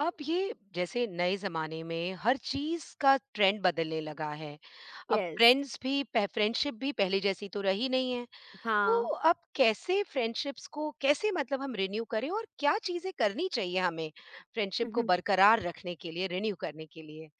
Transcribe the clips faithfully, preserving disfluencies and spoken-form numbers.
अब ये जैसे नए ज़माने में हर चीज़ का ट्रेंड बदलने लगा है। अब यस, फ्रेंड्स भी पह फ्रेंडशिप भी पहले जैसी तो रही नहीं है। तो हाँ। अब कैसे फ्रेंडशिप्स को कैसे मतलब हम रिन्यू करें और क्या चीज़ें करनी चाहिए हमें फ्रेंडशिप को बरकरार रखने के लिए, रिन्यू करने के लिए?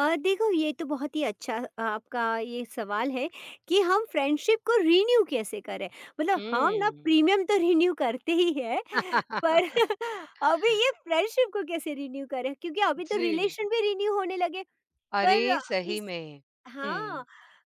अ, देखो ये तो बहुत ही अच्छा आपका ये सवाल है कि हम फ्रेंडशिप को रिन्यू कैसे करें? मतलब हम ना हुँ। प्रीमियम तो रिन्यू करते ही हैं, पर अभी ये फ्रेंडशिप को कैसे रिन्यू करें? क्योंकि अभी तो जी। रिलेशन भी रिन्यू होने लगे, अरे! पर सही इस में। हाँ। हुँ।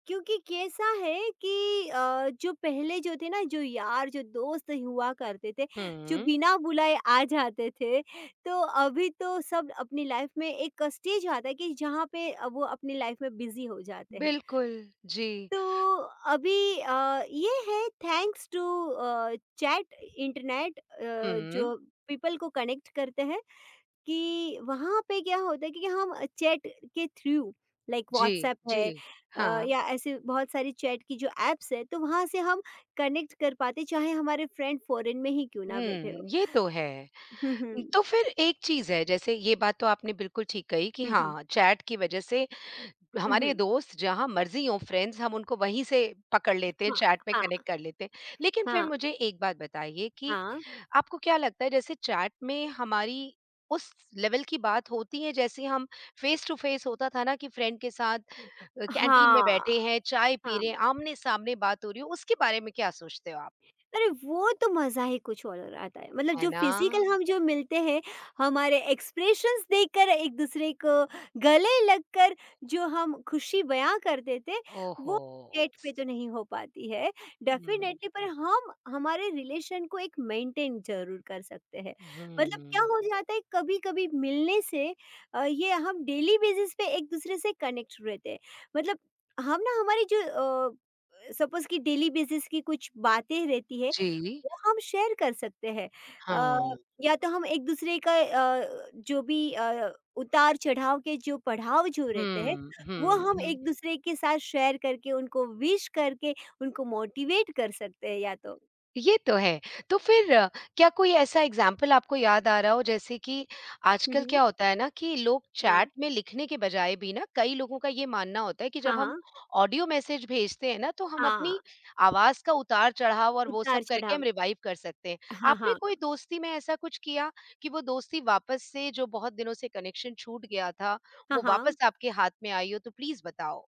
क्योंकि कैसा है कि अ, जो पहले जो थे ना जो यार जो दोस्त हुआ करते थे जो हुँ। बिना बुलाए आ जाते थे तो अभी तो सब अपनी लाइफ में एक स्टेज आता है कि जहाँ पे अ, वो अपनी लाइफ में बिजी हो जाते हैं बिल्कुल। जी। तो अभी अ, ये है थैंक्स टू चैट इंटरनेट हुँ। जो पीपल को कनेक्ट करते हैं कि वहाँ पे क्या होता है कि हम चैट के थ्रू लाइक जी, व्हाट्सएप जी। है अ, हाँ। या ऐसे बहुत सारी चैट की जो एप्स है तो वहाँ से हम कनेक्ट कर पाते चाहे हमारे फ्रेंड फॉरेन में ही क्यों हुँ, ना बैठे हो। ये तो है। हुँ, हुँ, तो फिर एक चीज़ है, जैसे ये बात तो आपने बिल्कुल ठीक कही कि हुँ, हुँ, हाँ, चैट की वज़ह से हुँ, हमारे हुँ, दोस्त जहाँ मर्ज़ी हों फ्रेंड्स, हम उनको वहीं से पकड़ लेते हैं, हाँ, चैट में हाँ, कनेक्ट कर लेते हैं। लेकिन फिर हाँ, मुझे एक बात बताइए कि हाँ, आपको क्या लगता है जैसे चैट में हमारी उस लेवल की बात होती है जैसे हम फ़ेस टू फ़ेस होता था ना कि फ्रेंड के साथ अ, कैंटीन में हाँ, बैठे हैं, चाय पी रहे हैं, हाँ। आमने-सामने बात हो रही हो, उसके बारे में क्या सोचते हो आप? अरे वो तो मज़ा ही कुछ और आता है मतलब है जो ना? फिजिकल हम जो मिलते हैं हमारे एक्सप्रेशंस देखकर एक दूसरे को गले लगकर जो हम खुशी बयां कर देते वो ओहो! डेट पे स तो नहीं हो पाती है हुँ। डेफिनेटली पर हम हमारे रिलेशन को एक मेंटेन जरूर कर सकते हैं मतलब क्या हुँ। हो जाता है कभी कभी मिलने से अ, ये हम डेली बेसिस पे एक दूसरे से कनेक्ट रहते हैं मतलब हम ना हमारी जो सपोज़ कि डेली बेसिस की कुछ बातें रहती है, जी, वो हम शेयर कर सकते हैं। अ, हाँ। या तो हम एक-दूसरे का अ, जो भी अ, उतार-चढ़ाव के जो पड़ाव जो रहते हैं, हुँ, वो हुँ, हम हुँ। एक-दूसरे के साथ शेयर करके, उनको विश करके, उनको मोटिवेट कर सकते हैं या तो। ये तो है। तो फिर अ, क्या कोई ऐसा एग्ज़ाम्पल आपको याद आ रहा हो जैसे कि हुँ, आजकल हुँ। क्या होता है ना कि लोग हाँ। चैट में लिखने के बजाय भी ना कई लोगों का ये मानना होता है कि हाँ, जब हम हाँ। ऑडियो मैसेज भेजते हैं ना तो हम हाँ, अपनी आवाज़ का उतार-चढ़ाव और वो सब करके हम उतार-चढ़ाव। रिवाइव कर सकते हैं। हाँ, आपने हाँ। कोई दोस्ती में ऐसा कुछ किया कि वो दोस्ती वापस से जो बहुत दिनों से कनेक्शन छूट गया था, हाँ, वो हाँ। वापस आपके हाथ में आई हो? तो प्लीज़ बताओ।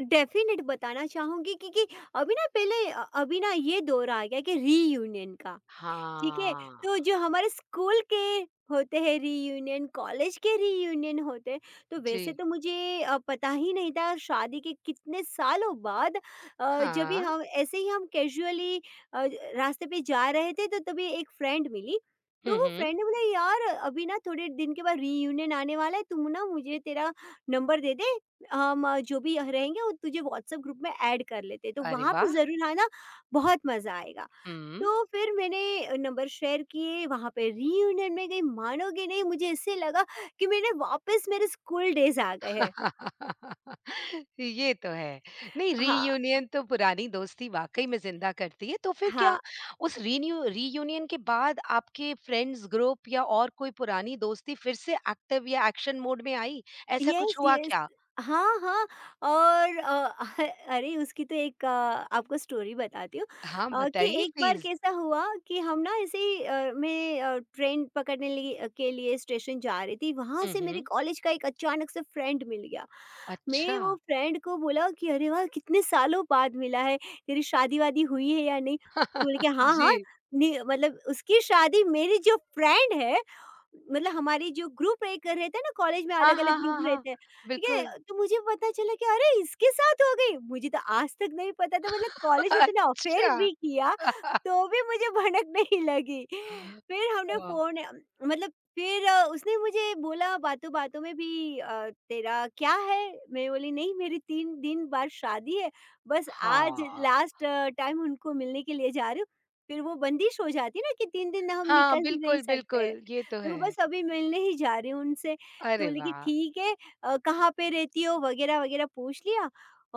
डेफ़िनेट बताना चाहूँगी क्योंकि अभी ना पहले अ, अभी ना ये दौर आ गया है कि रीयूनियन का। ठीक है, हाँ, तो जो हमारे स्कूल के होते हैं रीयूनियन, कॉलेज के रीयूनियन होते हैं, तो वैसे जी, तो मुझे अ, पता ही नहीं था शादी के कितने सालों बाद अ, जब भी हाँ। हम ऐसे ही हम कैजुअली अ, रास्ते पे जा रहे थे तो तभी एक फ्रेंड मिली। तो हुँ, वो हुँ। फ्रेंड ने बोला यार अभी ना थोड़े दिन के बाद रीयूनियन आने वाला है, तुम ना मुझे तेरा नंबर दे दे, हम अ, जो भी रहेंगे वो तुझे व्हाट्सएप ग्रुप में ऐड कर लेते हैं, तो अरे वहाँ पे वाह! ज़रूर है ना बहुत मज़ा आएगा। हुँ। तो फिर मैंने नंबर शेयर किए वहाँ पे रियूनियन में गई मानोगे नहीं मुझे ऐसे लगा कि मैंने वापस मेरे स्कूल डेज आ गए हैं। ये तो है। नहीं हाँ, रीयूनियन तो पुरानी दोस्ती वाक़ई में ज़िंदा करती है, तो फिर हाँ। क्या उस रीन्यू रीयूनियन के बाद आपके फ्रेंड्स ग्रुप या और कोई पुरानी दोस्ती फिर से एक्टिव या एक्शन मोड में आई? ऐसा येस, कुछ हुआ येस। क्या? हाँ, हाँ और अ, अरे उसकी तो एक अ, आपको स्टोरी बताती हूँ हाँ, अ, कि बताइए एक बार प्लीज़। कैसा हुआ कि हम ना ऐसे ही अ, मैं अ, ट्रेन पकड़ने लिए के लिए स्टेशन जा रही थी, वहाँ हुँ, से मेरे हुँ। कॉलेज का एक अचानक से फ्रेंड मिल गया। मैं अच्छा। वो फ्रेंड को बोला कि अरे वाह! कितने सालों बाद मिला है, तेरी शादी-वादी हुई है या नहीं? तो बोली कि हाँ, हाँ, जी। नहीं मतलब उसकी शादी मेरी जो फ्रेंड है मतलब हमारी जो ग्रुप एक रहते हैं ना कॉलेज में हाँ, अलग-अलग हाँ, ग्रुप हाँ, हाँ। रहते हैं, ठीक बिल्कुल। है? तो मुझे पता चला कि अरे! इसके साथ हो गई, मुझे तो आज तक नहीं पता था मतलब कॉलेज में तूने अफ़ेयर अच्छा। भी किया, तो भी मुझे भनक नहीं लगी। हाँ। फिर हमने वाह! फ़ोन मतलब फिर अ, उसने मुझे बोला बातों-बातों में भी अ, "तेरा क्या है?" मैं बोली, "नहीं मेरी तीन दिन बाद शादी है, बस आज हाँ, लास्ट टाइम उनको मिलने के लिए जा रही हूँ।" फिर वो बंदिश हो जाती है ना कि तीन दिन हम हाँ, निकल भी नहीं बिल्कुल, सकते। बिल्कुल, ये तो देखो है। बस अभी मिलने ही जा रही हूँ उनसे। तो अरे बोली कि वाह! ठीक है अ, कहाँ पे रहती हो वगैरह, वगैरह पूछ लिया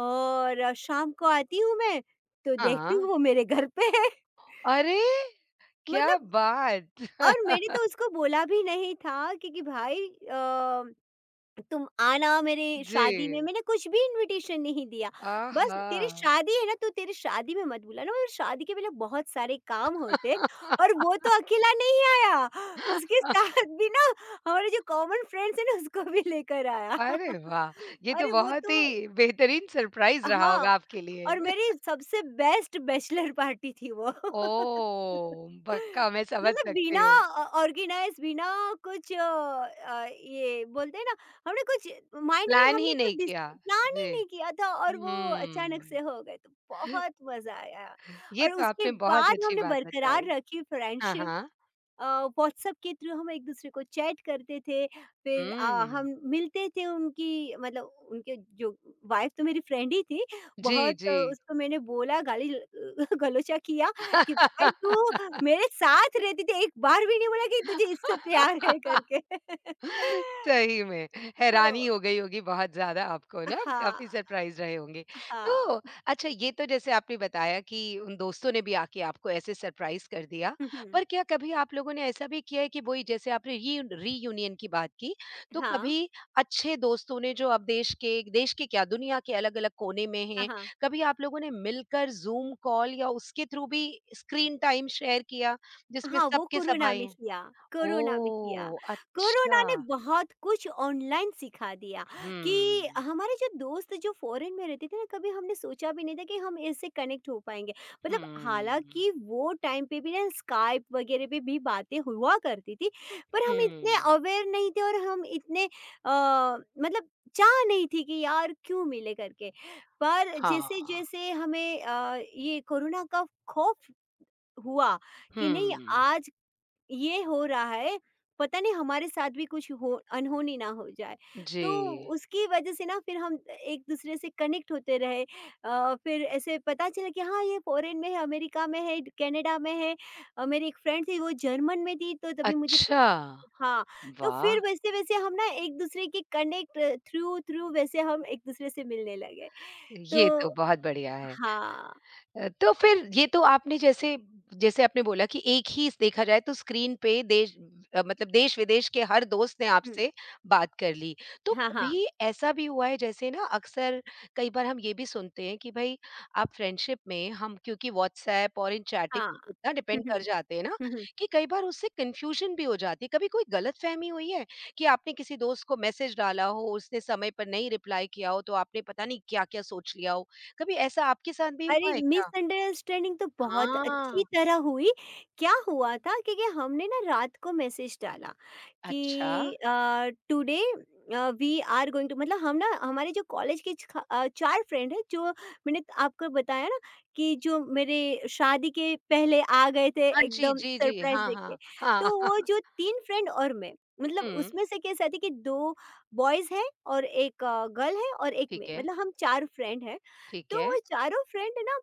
और अ, शाम को आती हूँ मैं, तो देखती हाँ, हूँ वो मेरे घर पे है। अरे! क्या मतलब बात! और मैंने तो उसको बोला भी नहीं था क्योंकि भाई अ तुम आना मेरे जी, शादी में, मैंने कुछ भी इन्विटेशन नहीं दिया। बस तेरी आहा! शादी है ना तो तेरी शादी में मत बुलाना और शादी के पहले बहुत सारे काम होते हैं और वो तो अकेला नहीं आया, उसके साथ भी ना हमारे जो कॉमन फ्रेंड्स हैं ना उसको भी लेकर आया। अरे वाह! ये तो अरे वो बहुत तो ही बेहतरीन सरप्राइज़ रहा हाँ। होगा आपके लिए। और मेरी सबसे बेस्ट बैचलर पार्टी थी वो। ओह! पक्का मैं समझ मतलब बिना सकती हूँ। ऑ ऑर्गेनाइज़ बिना कुछ अ अ, ये बोलते हैं ना हमने कुछ माइंड में प्लान हमने ही कुछ नहीं डिस किया। प्लान ही जी, नहीं किया था और वो अचानक हुँ। से हो गए, तो बहुत मज़ा आया ये और तो उसके आपने बहुत बाद अच्छी हमने बात बताई। बरकरार रखी हाँ, फ्रेंडशिप। हाँ। व्हाट्सएप के थ्रू हम एक दूसरे को चैट करते थे फिर अ, हुँ। हम मिलते थे उनकी मतलब उनके जो वाइफ तो मेरी फ्रेंड ही थी जी, बहुत अ, जी। उसको मैंने बोला गाली गलोचा किया कि भाई तू मेरे साथ रहती थी एक बार भी नहीं बोला कि तुझे इससे प्यार है करके सही में, हैरानी तो हो गई होगी बहुत ज़्यादा आपको ना, आप हाँ काफ़ी सरप्राइज़ रहे होंगे। तो हाँ अच्छा ये तो जैसे आपने बताया कि उन दोस्तों ने भी आके आपको ऐसे सरप्राइज़ कर दिया, हम्म, हम्म, पर क्या कभी आप लोगों ने ऐसा भी किया है कि वही जैसे आपने रियू रियूनियन की बात की, तो हाँ कभी अच्छे दोस्तों ने जो अब देश के देश के क्या दुनिया के अलग-अलग कोने में हैं, हाँ कभी आप लोगों ने मिलकर ज़ूम कॉल या उसके थ्रू भी स्क्रीन टाइम शेयर किया, जिसमें हाँ, सब वो के सब कोरोना आए में हैं? किया, कोरोना में किया। ओह! कोरोना ने अच्छा। बहुत कुछ ऑनलाइन सिखा दिया कि हुँ, हमारे जो दोस्त जो फ़ॉरेन में रहते थे ना, कभी हमने सोचा भी नहीं था कि हम ऐसे कनेक्ट हो पाएँगे। मतलब हुँ, हालाँकि वो टाइम पे भी ना स्काइप वगैरह पे भी बातें हुआ करती थी, पर हम इतने हुँ। अवेयर नहीं थे और हम इतने अ, मतलब चाह नहीं थी कि यार क्यों मिले करके। पर हाँ, जैसे-जैसे हमें अ, ये कोरोना का खौफ हुआ हुँ, कि नहीं आज ये हो रहा है, पता नहीं हमारे साथ भी कुछ हो अनहोनी ना हो जाए। जी। तो उसकी वजह से ना फिर हम एक-दूसरे से कनेक्ट होते रहे अ, फिर ऐसे पता चला कि हाँ, ये फ़ॉरेन में है, अमेरिका में है, कनाडा में है। अ, मेरी एक फ्रेंड थी वो जर्मन में थी तो तभी मुझे अच्छा, हाँ, तो वाह! फिर वैसे-वैसे हम ना एक-दूसरे के कनेक्ट थ्रू थ्रू वैसे हम एक-दूसरे से मिलने लगे। तो ये तो बहुत बढ़िया है। हाँ। अ, तो फिर ये तो आपने जैसे जैसे आपने बोला कि एक ही देखा जाए तो स्क्रीन पे देश अ, मतलब देश-विदेश के हर दोस्त ने हुँ। आपसे बात कर ली। तो हाँ, हाँ। कभी ऐसा भी हुआ है जैसे ना अक्सर कई बार हम ये भी सुनते हैं कि भई आप फ्रेंडशिप में हम क्योंकि व्हाट्सऐप और इन चैटिंग हाँ। इतना हुँ, डिपेंड कर हुँ। जाते हैं ना हुँ, हुँ। कि कई बार उससे कन्फ्यूजन भी हो जाती है। कभी कोई गलतफ़हमी हुई है कि आपने किसी दोस्त को मैसेज डाला हो, उसने समय पर नहीं रिप्लाई किया हो तो आपने पता नहीं क्या-क्या सोच लिया हो? कभी ऐसा आपके साथ भी अरे हुआ है क्या? मिसअंडरस्टैंडिंग तो बहुत हाँ, अच्छी तरह हुई। क्या हुआ था क्योंकि हमने ना रात को मैसेज डाला अच्छा। कि अ, टुडे अ, वी आर गोइंग टू मतलब हम ना हमारे जो कॉलेज के छ अ, चार फ्रेंड हैं जो मैंने त- आपको बताया ना कि जो मेरे शादी के पहले आ गए थे हाँ जी, एकदम जी, जी। सरप्राइज़ हाँ, देके। हाँ, हाँ। तो वो जो तीन फ्रेंड और मैं मतलब हुँ, उसमें से कैसा थी कि दो बॉयज़ हैं और एक गर्ल है और एक मैं ठीक है, मतलब हम चार फ्रेंड हैं। ठीक तो है। वो चारों फ्रेंड है ना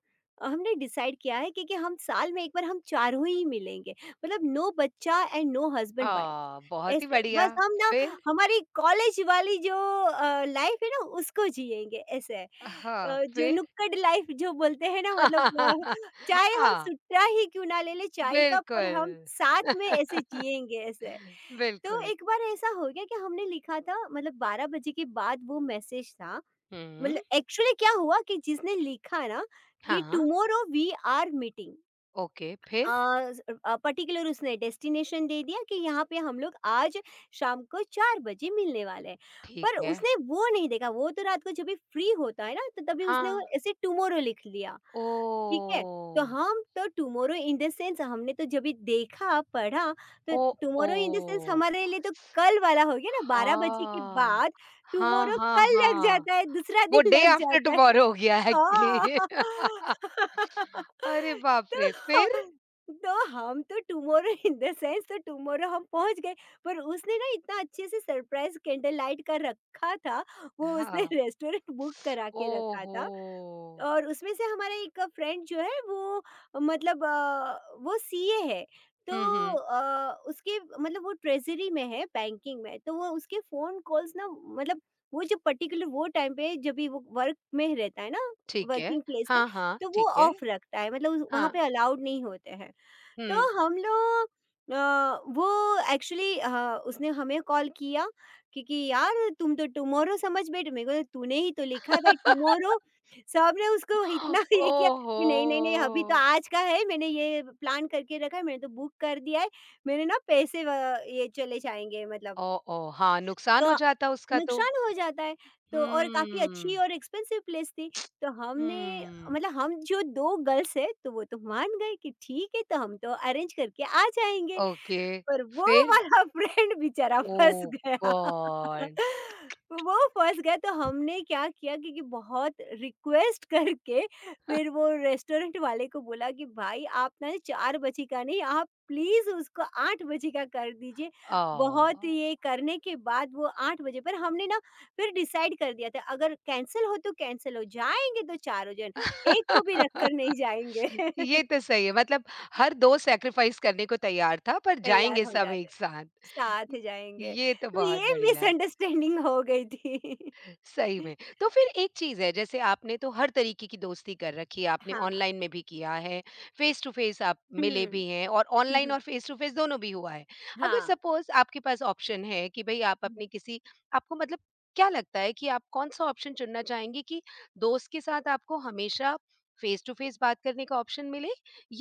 हमने डिसाइड किया है कि, कि हम साल में एक बार हम चारों ही मिलेंगे मतलब नो बच्चा एंड नो हस्बैंड अ, वाइफ बहुत ही ऐसे बढ़िया। बस हम ना फिर? हमारी कॉलेज वाली जो लाइफ है ना उसको जिएंगे ऐसे है। हाँ, अ, जो फिर? नुक्कड़ लाइफ जो बोलते हैं ना मतलब अ, चाहे हम हाँ, सुट्टा ही क्यों ना ले ले चाय का पर बिल्कुल, हम साथ में ऐसे जिएंगे ऐसे तो बिल्कुल। एक बार ऐसा हो गया कि हमने लिखा था मतलब बारह बजे के बाद वो मैसेज था हुँ, मतलब एक्चुअली क्या हुआ कि जिसने लिखा ना कि हाँ, tomorrow we are meeting okay, अ, फिर? स अ, पर्टिकुलर उसने डेस्टिनेशन दे दिया कि यहाँ पे हम लोग आज शाम को चार बजे मिलने वाले हैं। ठीक पर है। उसने वो नहीं देखा, वो तो रात को जब भी फ्री होता है ना, तो तभी उसने वो हाँ, ऐसे टुमारो लिख लिया, ठीक है? तो ओह! हम तो टुमारो इन द सेंस हमने तो जब भी देखा, पढ़ा, तो ओह, टुमारो इन द सेंस ओह! हमारे लिए तो कल वाला हो गया ना, बारह बजे के हाँ। बाद हाँ, टुमारो हाँ, कल लग हाँ। जाता है, दूसरा वो दिन डे लग आफ्टर जाता है। टुमारो हो गया हाँ। एक्चुअली। अरे बाप रे! फिर? तो तो हम तो टुमारो इन द सेंस तो टुमारो हम पहुँच गए, पर उसने ना इतना अच्छे से सरप्राइज़ कैंडल लाइट का रखा था, वो उसने हाँ। रेस्टोरेंट बुक करा के रखा ओहो! था। और उसमें से हमारा एक फ्रेंड जो है वो मतलब अ, वो सीए है तो हुँ, हुँ। अ, उसके मतलब वो ट्रेजरी में है बैंकिंग में तो वो उसके फ़ोन कॉल्स ना मतलब वो जो पर्टिकुलर वो टाइम पे जब भी वो वर्क में रहता है ना ठीक है। वर्किंग प्लेस पे हाँ, हाँ, तो वो ठीक है। ऑफ रखता है मतलब उस- वहाँ हाँ, पे अलाउड नहीं होते हैं हुँ। तो हम लोग अ, वो एक्चुअली अ, उसने हमें कॉल किया क्योंकि यार तुम तो टुमारो समझ बैठे मेरे को तो तूने ही तो लिखा है भाई टुमारो सबने उसको इतना ये किया कि नहीं नहीं नहीं ओहो! अभी तो आज का है मैंने ये प्लान करके रखा है मैंने तो बुक कर दिया है मेरे ना पैसे व- ये चले जाएंगे मतलब ओह! ओह! हाँ, नुकसान हो तो जाता उसका तो। नुकसान हो जाता है, हुँ, तो और काफ़ी अच्छी और एक्सपेंसिव प्लेस थी, तो हमने हुँ। मतलब हम जो दो गर्ल्स हैं, तो वो तो मान गए कि ठीक है, तो हम तो अरेंज करके आ जाएँगे, ओके, पर वो फिर? वाला फ्रेंड बेचारा फँस ओह गया। गॉड! वो फँस गया तो हमने क्या किया क्योंकि बहुत रिक्वेस्ट करके फिर वो रेस्टोरेंट वाले को बोला कि भाई आप ना चार बजे का नहीं, आप प्लीज़ उसको आठ बजे का कर दीजिए बहुत आह! ये करने के बाद वो आठ बजे पर हमने ना फिर डिसाइड कर दिया था अगर कैंसल हो तो कैंसल हो, जाएँगे तो चारों जन, एक को भी रख कर नहीं जाएँगे। ये तो सही है मतलब हर दोस्त सैक्रिफाइस करने को तैयार था पर तैयार जाएँगे हो सब जाते एक हैं, साथ। साथ जाएँगे। ये तो तो बहुत ये बढ़िया है। मिसअंडरस्टैंडिंग हो गई थी। सही में। तो फिर एक चीज़ है जैसे आपने तो हर तरीके की दोस्ती कर रखी है, आपने हाँ। ऑनलाइन में भी किया है, फेस टू फेस आप मिले हुँ। भी हैं और हुँ, ऑनलाइन हुँ। और फेस टू फेस दोनों भी हुआ है। अगर हाँ। सपोज़ आपके पास ऑप्शन है कि भई आप अपनी किसी आपको मतलब क्या लगता है कि आप कौन-सा ऑप्शन चुनना चाहेंगे कि दोस्त के साथ आपको हमेशा फेस टू फेस बात करने का ऑप्शन मिले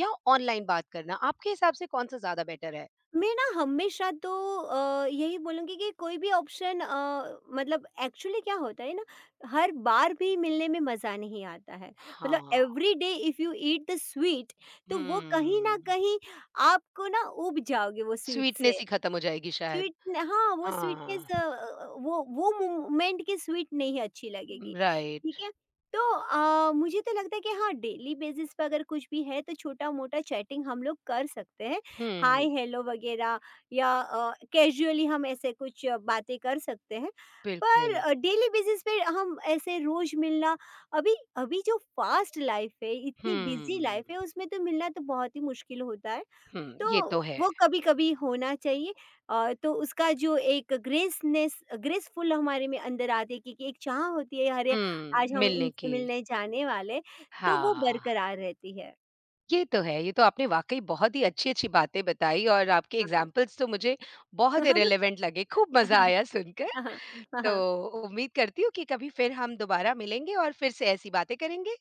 या ऑनलाइन बात करना? आपके हिसाब से कौन-सा ज़्यादा बेटर है? मैं ना हमेशा तो अ, यही बोलूँगी कि कोई भी ऑप्शन अ, मतलब एक्चुअली क्या होता है ना हर बार भी मिलने में मज़ा नहीं आता है। मतलब हाँ। Every day if you eat the sweet तो वो कहीं न हुँ। कहीं आपको ना ऊब जाओगे वो स्वीट स्वीटनेस से। ही खत्म हो जाएगी शायद। स्वीट न हाँ, वो स्वीटनेस हाँ। अ अ, वो वो मोमेंट की स्वीट नहीं अच्छी लगेगी, ठीक राइट। है? तो अ, मुझे तो लगता है कि हाँ, डेली बेसिस पे अगर कुछ भी है तो छोटा-मोटा चैटिंग हम लोग कर सकते हैं। हाय, हुँ, हेलो वगैरह या अ, कैजुअली हम ऐसे कुछ अ, बातें कर सकते हैं। पर बिल्कुल। अ, डेली बेसिस पे हम ऐसे रोज़ मिलना अभी अभी जो फ़ास्ट लाइफ़ है, इतनी बिज़ी हुँ, लाइफ़ है, उसमें तो मिलना तो बहुत ही मुश्किल होता है। हुँ। तो ये तो है। वो कभी-कभी होना चाहिए अ, तो उसका जो एक ग्रेसनेस ग्रेसफुल हमारे में अंदर आती है क्योंकि एक चाह होती है, अरे! हुँ, आज हम मिलने इनसे की। मिलने जाने वाले हैं, तो वो हाँ, बरकरार रहती है। ये तो है। ये तो आपने वाक़ई बहुत ही अच्छी-अच्छी बातें बताई और आपके हाँ। एग्ज़ाम्पल्स तो मुझे बहुत ही रिलेवेंट लगे। खूब मज़ा हाँ, हाँ, आया सुनकर। हाँ, हाँ, तो हाँ। उम्मीद करती हूँ कि कभी फिर हम दोबारा मिलेंगे और फिर से ऐसी बातें करेंगे।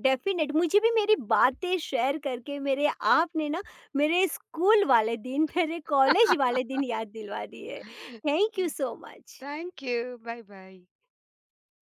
डेफ़िनेट मुझे भी मेरी बातें शेयर करके मेरे आपने ना मेरे स्कूल वाले दिन, मेरे कॉलेज वाले दिन याद दिलवा दिए। Thank you so much. Thank you. Bye-bye.